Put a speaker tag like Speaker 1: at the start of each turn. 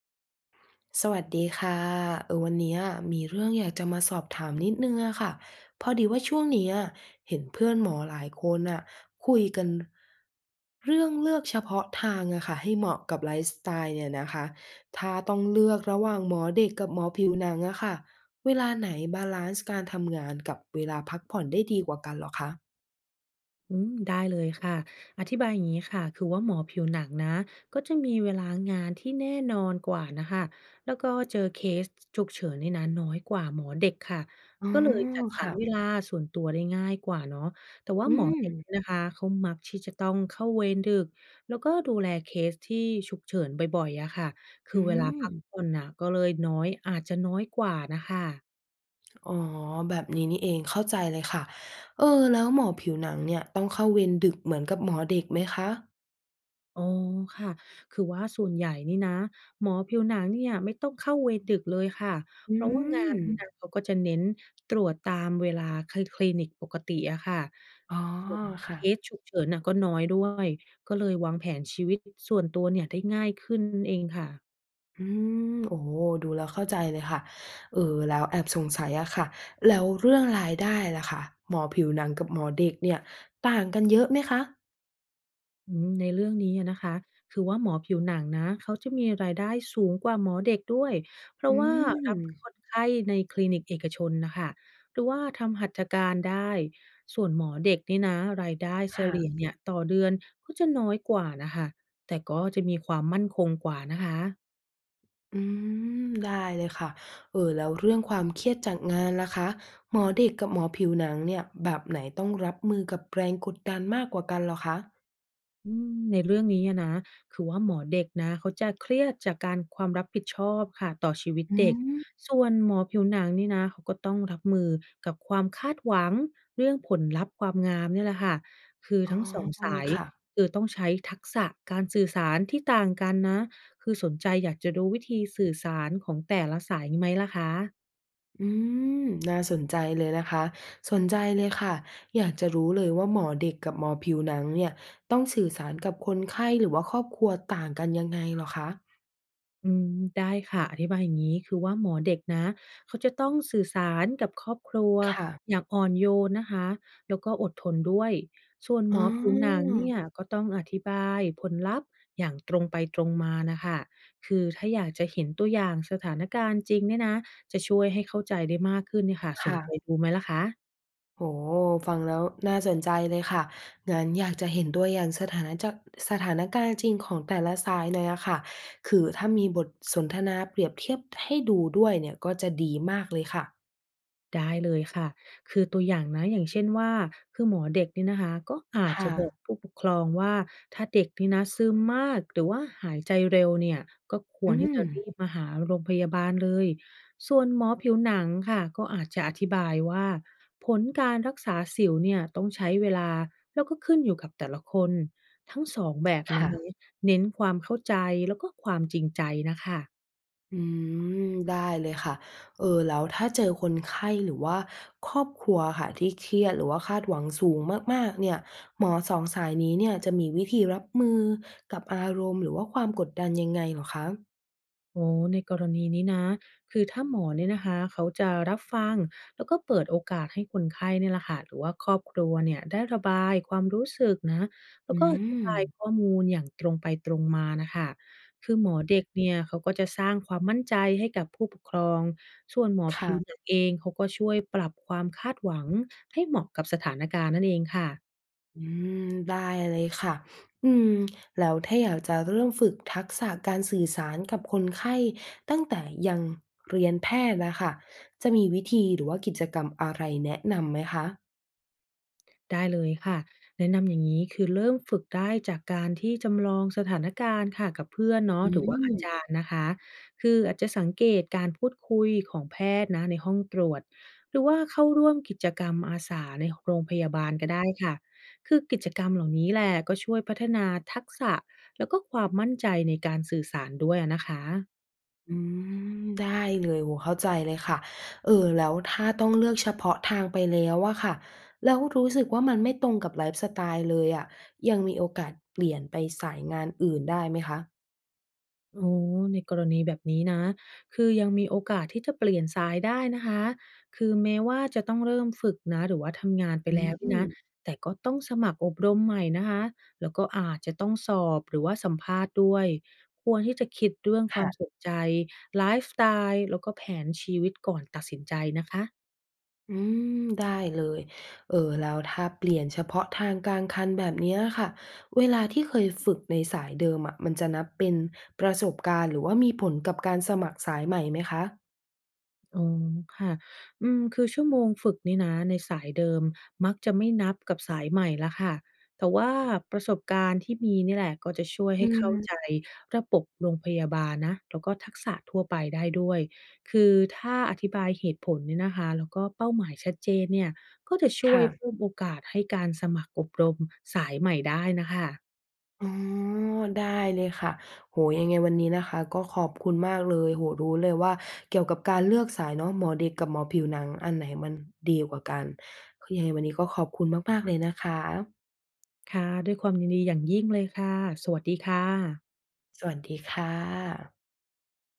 Speaker 1: สวัสดีค่ะวันเนี้ยมีเรื่องอยากจะมาสอบถามนิดนึงอะค่ะพอดีว่าช่วงเนี้ยเห็นเพื่อนหมอหลายคนอะคุยกันเรื่องเลือกเฉพาะทางอะค่ะให้เหมาะกับไลฟ์สไตล์เนี่ยนะคะถ้าต้องเลือกระหว่างหมอเด็กกับหมอผิวหนังอะค่ะเวลาไหนบาลันซ์การทำงานกับเวลาพักผ่อนได้ดีกว่ากันเหรอคะ
Speaker 2: ได้เลยค่ะอธิบายอย่างนี้ค่ะคือว่าหมอผิวหนังนะก็จะมีเวลางานที่แน่นอนกว่านะคะแล้วก็เจอเคสฉุกเฉินนี่นะน้อยกว่าหมอเด็กค่ะ
Speaker 1: อ๋อ
Speaker 2: ก็เลยจัดสรรเว
Speaker 1: ค่ะ
Speaker 2: ลาส่วนตัวได้ง่ายกว่าเนาะแต่ว่า
Speaker 1: อื
Speaker 2: หมอ
Speaker 1: ม
Speaker 2: เด็กเนี่ยนะคะเขามักที่จะต้องเข้าเวรดึกแล้วก็ดูแลเคสที่ฉุกเฉินบ่อยๆอะค่ะคือ
Speaker 1: อื
Speaker 2: เวลา
Speaker 1: ม
Speaker 2: พักผ่อนน่ะก็เลยน้อยอาจจะน้อยกว่านะคะ
Speaker 1: อ๋อแบบนี้นี่เองเข้าใจเลยค่ะเออแล้วหมอผิวหนังเนี่ยต้องเข้าเวรดึกเหมือนกับหมอเด็กไหมคะ
Speaker 2: อ๋อค่ะ คือว่าส่วนใหญ่นี่นะหมอผิวหนังเนี่ยไม่ต้องเข้าเวรดึกเลยค่ะ
Speaker 1: อื
Speaker 2: เพราะว่างา
Speaker 1: ม
Speaker 2: นนี่นะเขาก็จะเน้นตรวจตามเวลาคลิคลินิกปกติอะค่ะ
Speaker 1: อ๋อ
Speaker 2: ส่วนเค
Speaker 1: ค่ะ
Speaker 2: สฉุกเฉินน่ะก็น้อยด้วย ก็เลยวางแผนชีวิตส่วนตัวเนี่ยได้ง่ายขึ้นนั่นเองค่ะ
Speaker 1: อืมโอ้โฮดูแล้วเข้าใจเลยค่ะเอ่อแล้วแอบสงสัยอะค่ะแล้วเรื่องรายได้ล่ะคะหมอผิวหนังกับหมอเด็กเนี่ยต่างกันเยอะไหมคะ
Speaker 2: ในเรื่องนี้อะนะคะคือว่าหมอผิวหนังนะเขาจะมีรายได้สูงกว่าหมอเด็กด้วยเพ
Speaker 1: อื
Speaker 2: ราะว่ารับค
Speaker 1: ม
Speaker 2: นไข้ในคลินิกเอกชนนะคะหรือว่าทำหัตถการได้ส่วนหมอเด็กนี่นะรายได้เฉลี่ย
Speaker 1: ค่ะ
Speaker 2: เนี่ยต่อเดือนก็จะน้อยกว่านะคะแต่ก็จะมีความมั่นคงกว่านะคะ
Speaker 1: อืมได้เลยค่ะแล้วเรื่องความเครียดจากงานล่ะคะหมอเด็กกับหมอผิวหนังเนี่ยแบบไหนต้องรับมือกับแรงกดดันมากกว่ากันเหรอคะ
Speaker 2: ในเรื่องนี้อะนะคือว่าหมอเด็กนะเขาจะเครียดจากการความรับผิดชอบค่ะต่อชีวิต
Speaker 1: อื
Speaker 2: เด็ก
Speaker 1: ม
Speaker 2: ส่วนหมอผิวหนังนี่นะเขาก็ต้องรับมือกับความคาดหวังเรื่องผลลัพธ์ความงามเนี่ยแหละค่ะคือ
Speaker 1: อ๋อ
Speaker 2: ทั้ง2สาย
Speaker 1: ค่ะ
Speaker 2: คือต้องใช้ทักษะการสื่อสารที่ต่างกันนะคือสนใจอยากจะรู้วิธีสื่อสารของแต่ละสายนีไหมล่ะคะ
Speaker 1: อืมน่าสนใจเลยนะคะสนใจเลยค่ะอยากจะรู้เลยว่าหมอเด็กกับหมอผิวหนังเนี่ยต้องสื่อสารกับคนไข้หรือว่าครอบครัวต่างกันยังไงเหรอคะ
Speaker 2: อืมได้ค่ะอธิบายอย่างนี้คือว่าหมอเด็กนะเขาจะต้องสื่อสารกับครอบครัว
Speaker 1: ค่ะ
Speaker 2: อย่างอ่อนโยนนะคะแล้วก็อดทนด้วยส่วนหม
Speaker 1: อ๋
Speaker 2: อผิวหนัง
Speaker 1: อ
Speaker 2: เนี่ยก็ต้องอธิบายผลลัพธ์อย่างตรงไปตรงมานะคะคือถ้าอยากจะเห็นตัวอย่างสถานการณ์จริงเนี่ยนะจะช่วยให้เข้าใจได้มากขึ้นเนี่ยค่ะสน
Speaker 1: ค่ะ
Speaker 2: ใจดูไหมล่ะคะ
Speaker 1: โอ้โฮฟังแล้วน่าสนใจเลยค่ะงั้นอยากจะเห็นตัวอย่างสถานการณ์จริงของแต่ละสายหน่อยอะค่ะคือถ้ามีบทสนทนาเปรียบเทียบให้ดูด้วยเนี่ยก็จะดีมากเลยค่ะ
Speaker 2: ได้เลยค่ะ คือตัวอย่างนะอย่างเช่นว่า คือหมอเด็กเนี่ยนะคะก็อาจจะ
Speaker 1: ค่ะ
Speaker 2: บอกผู้ปกครองว่าถ้าเด็กนี่นะซึมมากหรือว่าหายใจเร็วเนี่ยก็คว
Speaker 1: อื
Speaker 2: รที่จะ
Speaker 1: ม
Speaker 2: รีบมาหาโรงพยาบาลเลยส่วนหมอผิวหนังค่ะก็อาจจะอธิบายว่าผลการรักษาสิวเนี่ยต้องใช้เวลา แล้วก็ขึ้นอยู่กับแต่ละคน ทั้งสองแบบนั้น
Speaker 1: ค่ะ
Speaker 2: นะเน้นความเข้าใจ แล้วก็ความจริงใจนะคะ
Speaker 1: อืมได้เลยค่ะแล้วถ้าเจอคนไข้หรือว่าครอบครัวค่ะที่เครียดหรือว่าคาดหวังสูงมากๆเนี่ยหมอสองสายนี้เนี่ยจะมีวิธีรับมือกับอารมณ์หรือว่าความกดดันยังไงเหรอคะ
Speaker 2: โอ้ในกรณีนี้นะคือถ้าหมอเนี่ยนะคะเขาจะรับฟังแล้วก็เปิดโอกาสให้คนไข้เนี่ยแหละค่ะหรือว่าครอบครัวเนี่ยได้ระบายความรู้สึกนะแล้ว
Speaker 1: อื
Speaker 2: ก็อธิบา
Speaker 1: ม
Speaker 2: ยข้อมูลอย่างตรงไปตรงมานะคะคือหมอเด็กเนี่ยเขาก็จะสร้างความมั่นใจให้กับผู้ปกครอง ส่วนหมอผิ
Speaker 1: ค่ะ
Speaker 2: วหนังเองเขาก็ช่วยปรับความคาดหวังให้เหมาะกับสถานการณ์นั่นเองค่ะ
Speaker 1: อืมได้เลยค่ะอืมแล้วถ้าอยากจะเริ่มฝึกทักษะการสื่อสารกับคนไข้ตั้งแต่ยังเรียนแพทย์น่ะคะจะมีวิธีหรือว่ากิจกรรมอะไรแนะนำไหมคะ
Speaker 2: ได้เลยค่ะแนะนำอย่างนี้คือเริ่มฝึกได้จากการที่จำลองสถานการณ์ค่ะกับเพื่อนเนาะ
Speaker 1: อื
Speaker 2: หรือว่าอา
Speaker 1: ม
Speaker 2: จารย์นะคะคืออาจจะสังเกตการพูดคุยของแพทย์นะในห้องตรวจหรือว่าเข้าร่วมกิจกรรมอาสาในโรงพยาบาลก็ได้ค่ะคือกิจกรรมเหล่านี้แหละก็ช่วยพัฒนาทักษะแล้วก็ความมั่นใจในการสื่อสารด้วยนะคะ
Speaker 1: อืมได้เลยโอ้โฮเข้าใจเลยค่ะแล้วถ้าต้องเลือกเฉพาะทางไปแล้วอะค่ะแล้วรู้สึกว่ามันไม่ตรงกับไลฟ์สไตล์เลยอะยังมีโอกาสเปลี่ยนไปสายงานอื่นได้ไหมคะ
Speaker 2: อ๋อในกรณีแบบนี้นะ คือยังมีโอกาสที่จะเปลี่ยนสายได้นะคะ คือแม้ว่าจะต้องเริ่มฝึกนะหรือว่าทำงานไป
Speaker 1: อื
Speaker 2: แล้วเนี่ยนะ
Speaker 1: ม
Speaker 2: แต่ก็ต้องสมัครอบรมใหม่นะคะ แล้วก็อาจจะต้องสอบหรือว่าสัมภาษณ์ด้วย ควรที่จะคิดเรื่องความส
Speaker 1: ค่ะ
Speaker 2: นใจไลฟ์สไตล์แล้วก็แผนชีวิตก่อนตัดสินใจนะคะ
Speaker 1: อืมได้เลยแล้วถ้าเปลี่ยนเฉพาะทางกลางคันแบบเนี้ยค่ะเวลาที่เคยฝึกในสายเดิมอะมันจะนับเป็นประสบการณ์หรือว่ามีผลกับการสมัครสายใหม่ไหมคะ
Speaker 2: อ๋อค่ะคือชั่วโมงฝึกนี่นะในสายเดิมมักจะไม่นับกับสายใหม่แล้วค่ะแต่ว่าประสบการณ์ที่มีนี่แหละก็จะช่วย
Speaker 1: อื
Speaker 2: ให้เข้า
Speaker 1: ม
Speaker 2: ใจระบบโรงพยาบาลนะแล้วก็ทักษะทั่วไปได้ด้วยคือถ้าอธิบายเหตุผลเนี่ยนะคะแล้วก็เป้าหมายชัดเจนเนี่ยก็จะช่วย
Speaker 1: ค่ะ
Speaker 2: เพิ่มโอกาสให้การสมัครอบรมสายใหม่ได้นะคะ
Speaker 1: อ๋อได้เลยค่ะโอ้โฮยังไงวันนี้นะคะก็ขอบคุณมากเลยโอ้โฮรู้เลยว่าเกี่ยวกับการเลือกสายเนาะหมอเด็กกับหมอผิวหนังอันไหนมันดีกว่ากันคือยังไงวันนี้ก็ขอบคุณมากๆเลยนะคะ
Speaker 2: ค่ะด้วยความยินดีอย่างยิ่งเลยค่ะสวัสดีค่ะ
Speaker 1: สวัสดีค่ะ